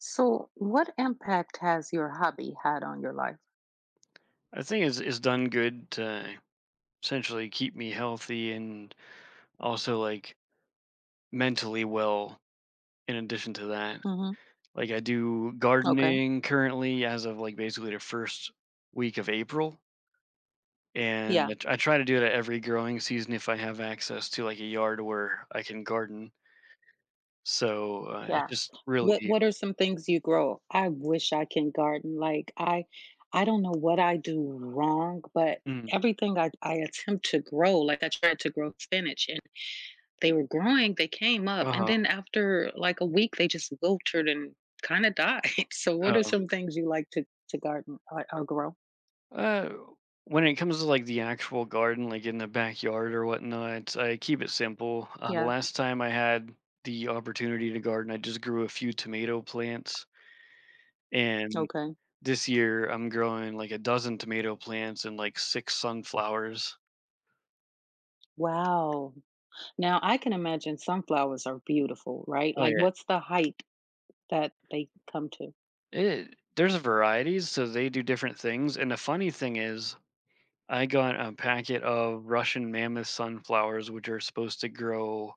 So, what impact has your hobby had on your life? I think it's done good to essentially keep me healthy and also like mentally well in addition to that. Hmm. Like I do Okay. gardening currently as of like basically the first week of April. And Yeah. I try to do it at every growing season if I have access to like a yard where I can garden. So it's Yeah. just really. What are some things you grow? I wish I can garden. Like I don't know what I do wrong, but Mm. everything I attempt to grow, like I tried to grow spinach, and they were growing. They came up, and Uh-huh. then after like a week, they just wilted and kind of died. So, what are some things you like to garden, or grow? Uh, when it comes to like the actual garden, like in the backyard or whatnot, I keep it simple. Yeah. Last time I had the opportunity to garden, I just grew a few tomato plants, and Okay. this year I'm growing like a dozen tomato plants and like six sunflowers. Wow. Now, I can imagine sunflowers are beautiful, right? Oh Like, yeah, what's the height that they come to? it there's varieties, so they do different things. And the funny thing is, I got a packet of Russian mammoth sunflowers, which are supposed to grow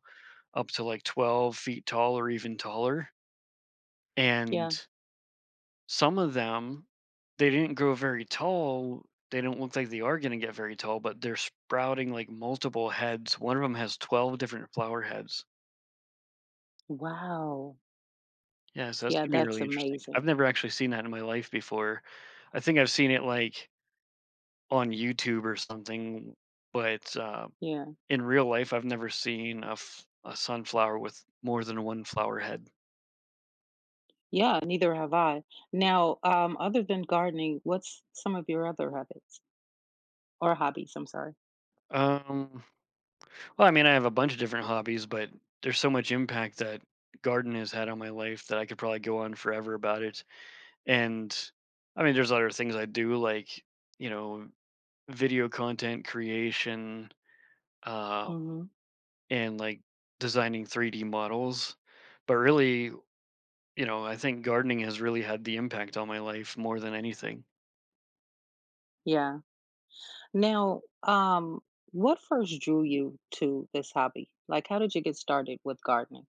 up to like 12 feet tall or even taller. And Yeah. some of them, they didn't grow very tall. They don't look like they are going to get very tall, but they're sprouting like multiple heads. One of them has 12 different flower heads. Wow. Yeah, so that's going Yeah, to be that's really interesting. I've amazing. never actually seen that in my life before. I think I've seen it like on YouTube or something, but Yeah. in real life, I've never seen a sunflower with more than one flower head. Yeah, neither have I. Now, other than gardening, what's some of your other habits or hobbies? I'm sorry. Um, Well, I mean, I have a bunch of different hobbies, but there's so much impact that gardening has had on my life that I could probably go on forever about it. And I mean, there's other things I do, like, you know, video content creation uh, Hmm. and like designing 3D models. But really, I think gardening has really had the impact on my life more than anything. Yeah. Now, what first drew you to this hobby? Like, how did you get started with gardening?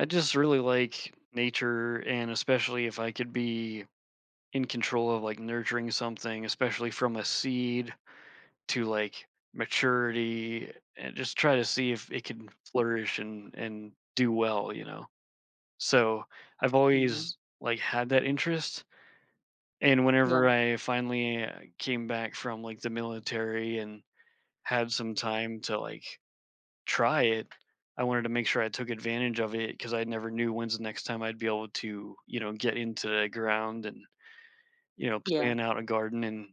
I just really like nature, and especially if I could be in control of like nurturing something, especially from a seed to like maturity and just try to see if it can flourish and do well, so I've Hmm. always like had that interest. And Yeah. whenever I finally came back from like the military and had some time to like try it, I wanted to make sure I took advantage of it, because I never knew when's the next time I'd be able to, get into the ground and, Yeah. plan out a garden and,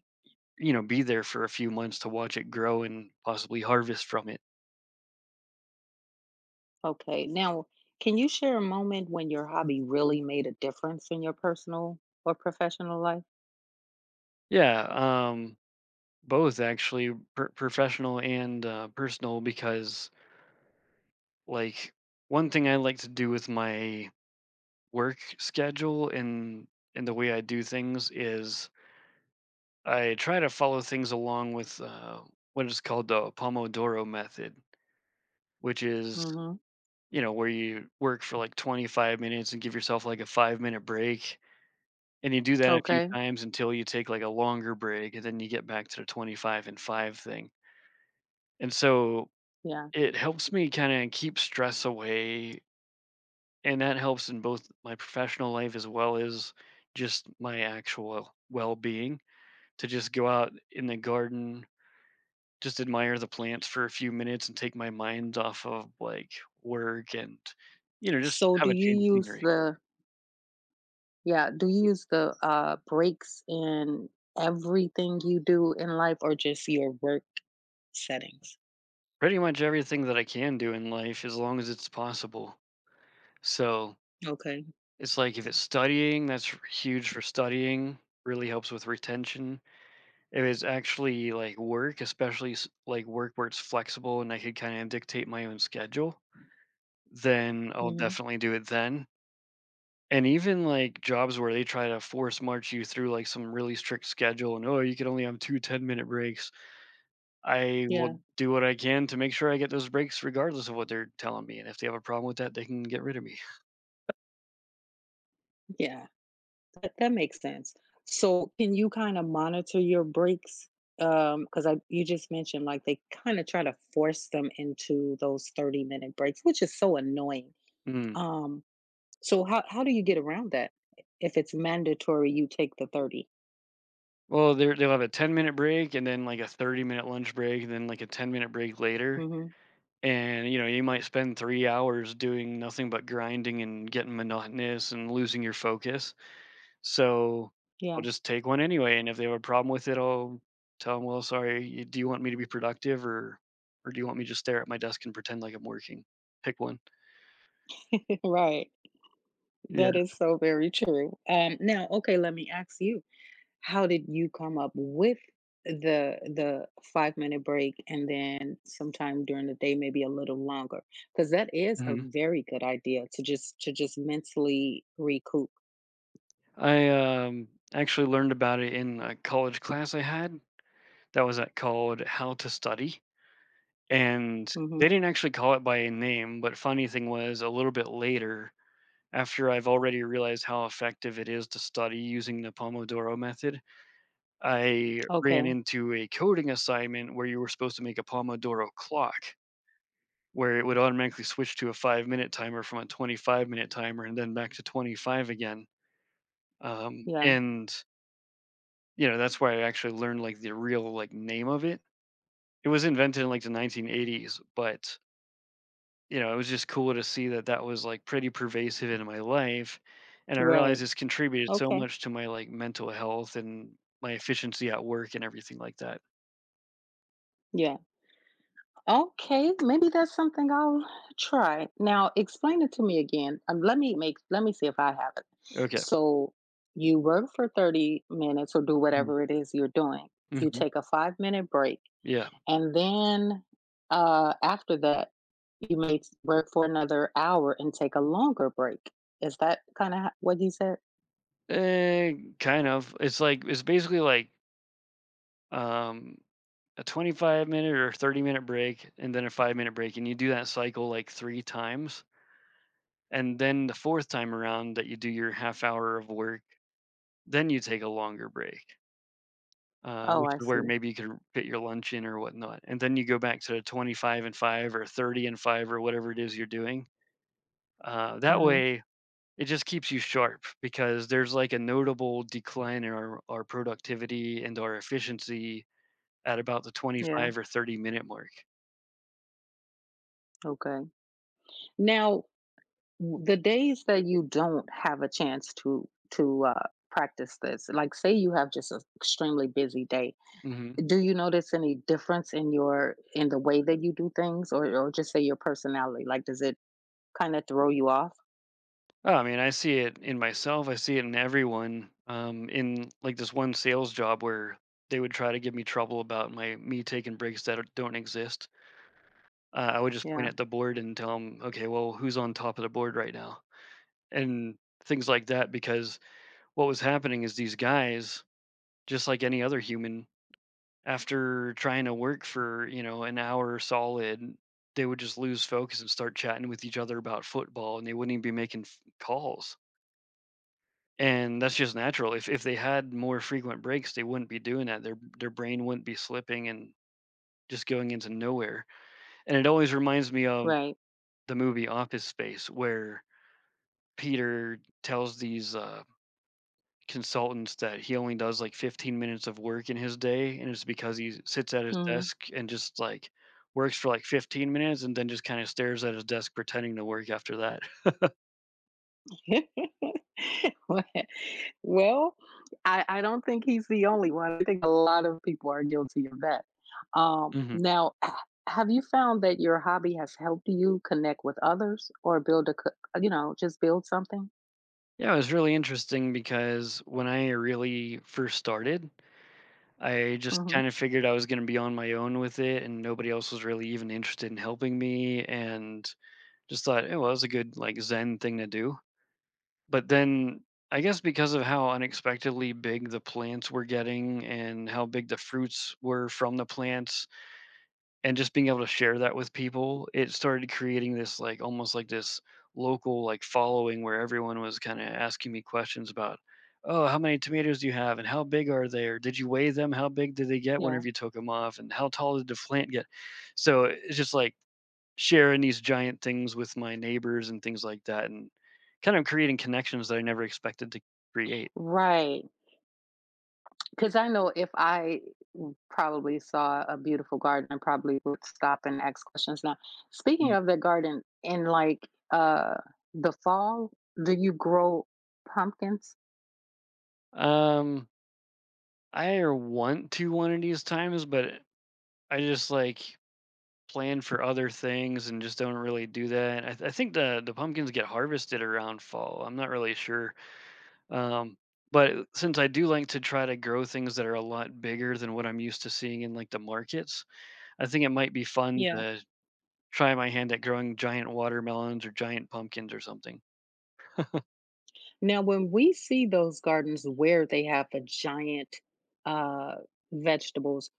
be there for a few months to watch it grow and possibly harvest from it. Okay. Now, can you share a moment when your hobby really made a difference in your personal or professional life? Yeah, both actually, professional and personal, because like one thing I like to do with my work schedule and the way I do things is, I try to follow things along with what is called the Pomodoro method, which is, Hmm. Where you work for like 25 minutes and give yourself like a 5-minute break. And you do that a few Okay. times until you take like a longer break, and then you get back to the 25 and 5 thing. And so Yeah. it helps me kinda keep stress away, and that helps in both my professional life as well as just my actual well-being, to just go out in the garden, just admire the plants for a few minutes and take my mind off of, like, work and, just So, have do a change of you use scenery. the yeah? Do you use the breaks in everything you do in life, or just your work settings? Pretty much everything that I can do in life as long as it's possible. So, Okay. it's like if it's studying, that's huge for studying, really helps with retention. It was actually like work, especially like work where it's flexible and I could kind of dictate my own schedule, then I'll Hmm. definitely do it then. And even like jobs where they try to force march you through like some really strict schedule and, oh, you can only have two 10-minute breaks. I will Yeah. do what I can to make sure I get those breaks regardless of what they're telling me. And if they have a problem with that, they can get rid of me. Yeah. That makes sense. So can you kinda monitor your breaks? Because I you just mentioned, like, they kinda try to force them into those 30-minute breaks, which is so annoying. Mm. Um, so how do you get around that if it's mandatory you take the 30? Well, they'll have a 10-minute break and then like a 30-minute lunch break and then like a 10-minute break later. Mhm. And you might spend 3 hours doing nothing but grinding and getting monotonous and losing your focus, so I'll Yeah, just take one anyway. And if they have a problem with it, I'll tell them, well, sorry, do you want me to be productive, or do you want me to just stare at my desk and pretend like I'm working? Pick one. right. Yeah. That is so very true. Now, okay, let me ask you. How did you come up with the 5-minute break and then sometime during the day, maybe a little longer? Because that is a hmm very good idea to just mentally recoup. I, actually learned about it in a college class I had that was at called How to Study. And they Mhm. didn't actually call it by a name, but funny thing was, a little bit later, after I've already realized how effective it is to study using the Pomodoro method, I ran Okay. into a coding assignment where you were supposed to make a Pomodoro clock where it would automatically switch to a 5-minute timer from a 25-minute timer and then back to 25 again. Yeah. And, that's where I actually learned like the real like name of it. It was invented in like the 1980s, but it was just cool to see that that was, like, pretty pervasive in my life, and I realized Right. it's contributed so Okay. much to my, like, mental health and my efficiency at work and everything like that. Yeah. Okay, maybe that's something I'll try. Now explain it to me again. Let me see if I have it. Okay. So you work for 30 minutes or do Mhm. whatever it is you're doing. You Mhm. take a 5-minute break. Yeah. And then after that, you may work for another hour and take a longer break. Is that kind of what you said? Eh, kind of. It's like it's basically like, um, a 25-minute or 30-minute break and then a 5-minute break, and you do that cycle, like, 3 times, and then the 4th time around that you do your half hour of work, then you take a longer break. Oh, Which I is where see. maybe you could fit your lunch in or whatnot. And then you go back to 25 and 5 or 30 and 5 or whatever it is you're doing. That Hmm. way, it just keeps you sharp, because there's like a notable decline in our productivity and our efficiency at about the Yeah. 25 or 30-minute mark. Okay. Now, the days that you don't have a chance to practice this, like say you have just an extremely busy day, hmm do you notice any difference in the way that you do things, or just say your personality? Like, does it kind of throw you off? Oh, I mean, I see it in myself. I see it in everyone. In like this one sales job where they would try to give me trouble about my me taking breaks that don't exist. I would just point Yeah. at the board and tell them, okay, well, who's on top of the board right now? And things like that. Because what was happening is, these guys, just like any other human, after trying to work for, an hour solid, they would just lose focus and start chatting with each other about football, and they wouldn't even be making calls. And that's just natural. If they had more frequent breaks, they wouldn't be doing that. Their brain wouldn't be slipping and just going into nowhere. And it always reminds me of Right. the movie Office Space, where Peter tells these consultants that he only does like 15 minutes of work in his day, and it's because he sits at his Hmm. desk and just like works for like 15 minutes and then just kind of stares at his desk pretending to work after that. Well, I don't think he's the only one. I think a lot of people are guilty of that. Hmm. Now, have you found that your hobby has helped you connect with others or build a, co- you know, just build something? Yeah, it was really interesting, because when I really first started, I just Mhm. kind of figured I was going to be on my own with it, and nobody else was really even interested in helping me, and just thought, oh, well, it was a good like Zen thing to do. But then I guess, because of how unexpectedly big the plants were getting and how big the fruits were from the plants and just being able to share that with people, it started creating this like almost like this local like following, where everyone was kind of asking me questions about, oh, how many tomatoes do you have and how big are they? Or did you weigh them? How big did they get Yeah. whenever you took them off? And how tall did the plant get? So it's just like sharing these giant things with my neighbors and things like that, and kind of creating connections that I never expected to create. Right. Because I know if I probably saw a beautiful garden, I probably would stop and ask questions. Now, speaking Mm. of the garden, in like the fall, do you grow pumpkins? Um, I want to one of these times, but I just like plan for other things and just don't really do that. I think the pumpkins get harvested around fall. I'm not really sure, um, but since I do like to try to grow things that are a lot bigger than what I'm used to seeing in like the markets, I think it might be fun to try my hand at growing giant watermelons or giant pumpkins or something. Now, when we see those gardens where they have the giant uh, vegetables,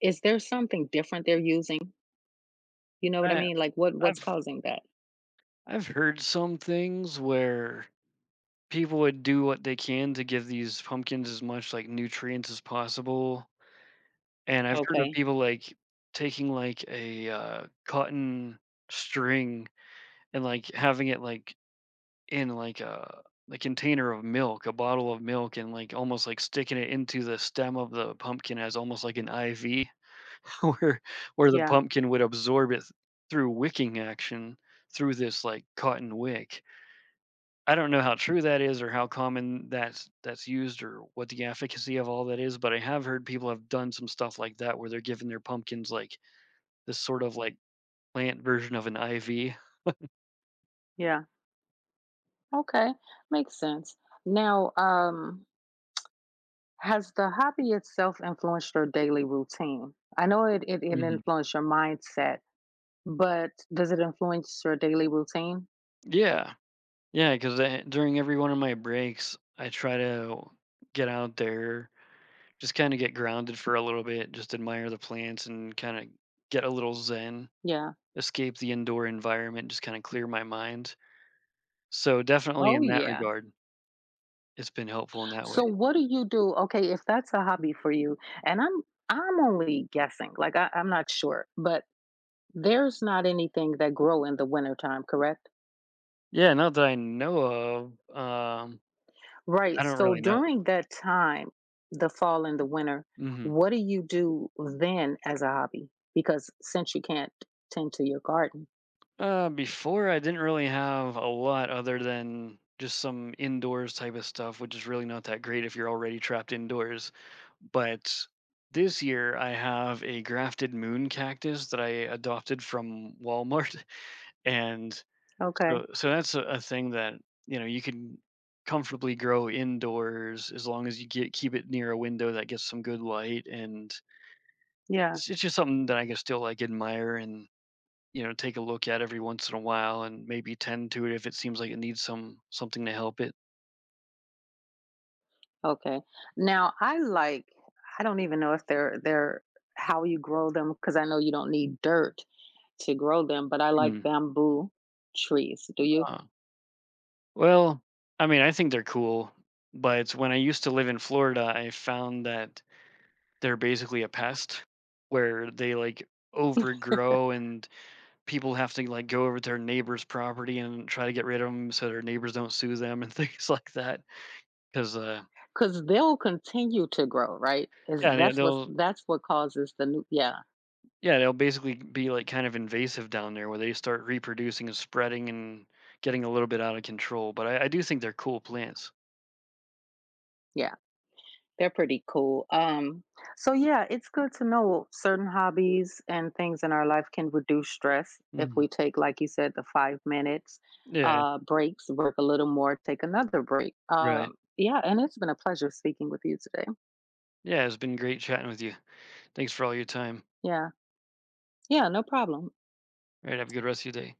is there something different they're using? You know what I I mean? Like, what's I've causing that? I've heard some things where people would do what they can to give these pumpkins as much, like, nutrients as possible, and I've heard of Okay, people, like, taking, like, a, cotton string and, like, having it, like, in, like, a container of milk, a bottle of milk, and, like, almost, like, sticking it into the stem of the pumpkin as almost like an IV. Where the yeah, pumpkin would absorb it through wicking action through this like cotton wick. I don't know how true that is or how common that's used or what the efficacy of all that is, but I have heard people have done some stuff like that where they're giving their pumpkins like this sort of like plant version of an IV. yeah, okay, makes sense. Now, has the hobby itself influenced your daily routine? I know it Mhm. influenced your mindset, but does it influence your daily routine? Yeah. Yeah, because during every one of my breaks, I try to get out there, just kind of get grounded for a little bit, just admire the plants and kind of get a little zen. Yeah. Escape the indoor environment, just kinda clear my mind. So, definitely Oh in that yeah. regard, it's been helpful in that way. So what do you do? Okay, if that's a hobby for you, and I'm only guessing, like I'm not sure, but there's not anything that grow in the wintertime, correct? Yeah, not that I know of, Right. I don't So really know. during that time, the fall and the winter, Mhm. what do you do then as a hobby? Because since you can't tend to your garden. Before I didn't really have a lot other than just some indoors type of stuff, which is really not that great if you're already trapped indoors. But this year, I have a grafted moon cactus that I adopted from Walmart, and Okay. so that's a thing that, you can comfortably grow indoors as long as you get keep it near a window that gets some good light, and Yeah. it's just something that I can still like admire and, take a look at every once in a while and maybe tend to it if it seems like it needs something to help it. Okay. Now I don't even know if they're how you grow them because I know you don't need dirt to grow them, but I like Mm. bamboo trees. Do you? Uh, well, I mean, I think they're cool, but when I used to live in Florida, I found that they're basically a pest where they like overgrow and people have to, like, go over to their neighbor's property and try to get rid of them so their neighbors don't sue them and things like that, 'cause, Because they'll continue to grow, right? Is yeah, they that's what they'll that's what causes the new? Yeah, yeah, they'll basically be, like, kind of invasive down there, where they start reproducing and spreading and getting a little bit out of control, but I do think they're cool plants. yeah. They're pretty cool. So yeah, it's good to know certain hobbies and things in our life can reduce stress if we Mhm. take, like you said, the 5 minutes Yeah, breaks, work a little more, take another break. Right. Yeah, and it's been a pleasure speaking with you today. Yeah, it's been great chatting with you. Thanks for all your time. Yeah, yeah, no problem. Alright, have a good rest of your day.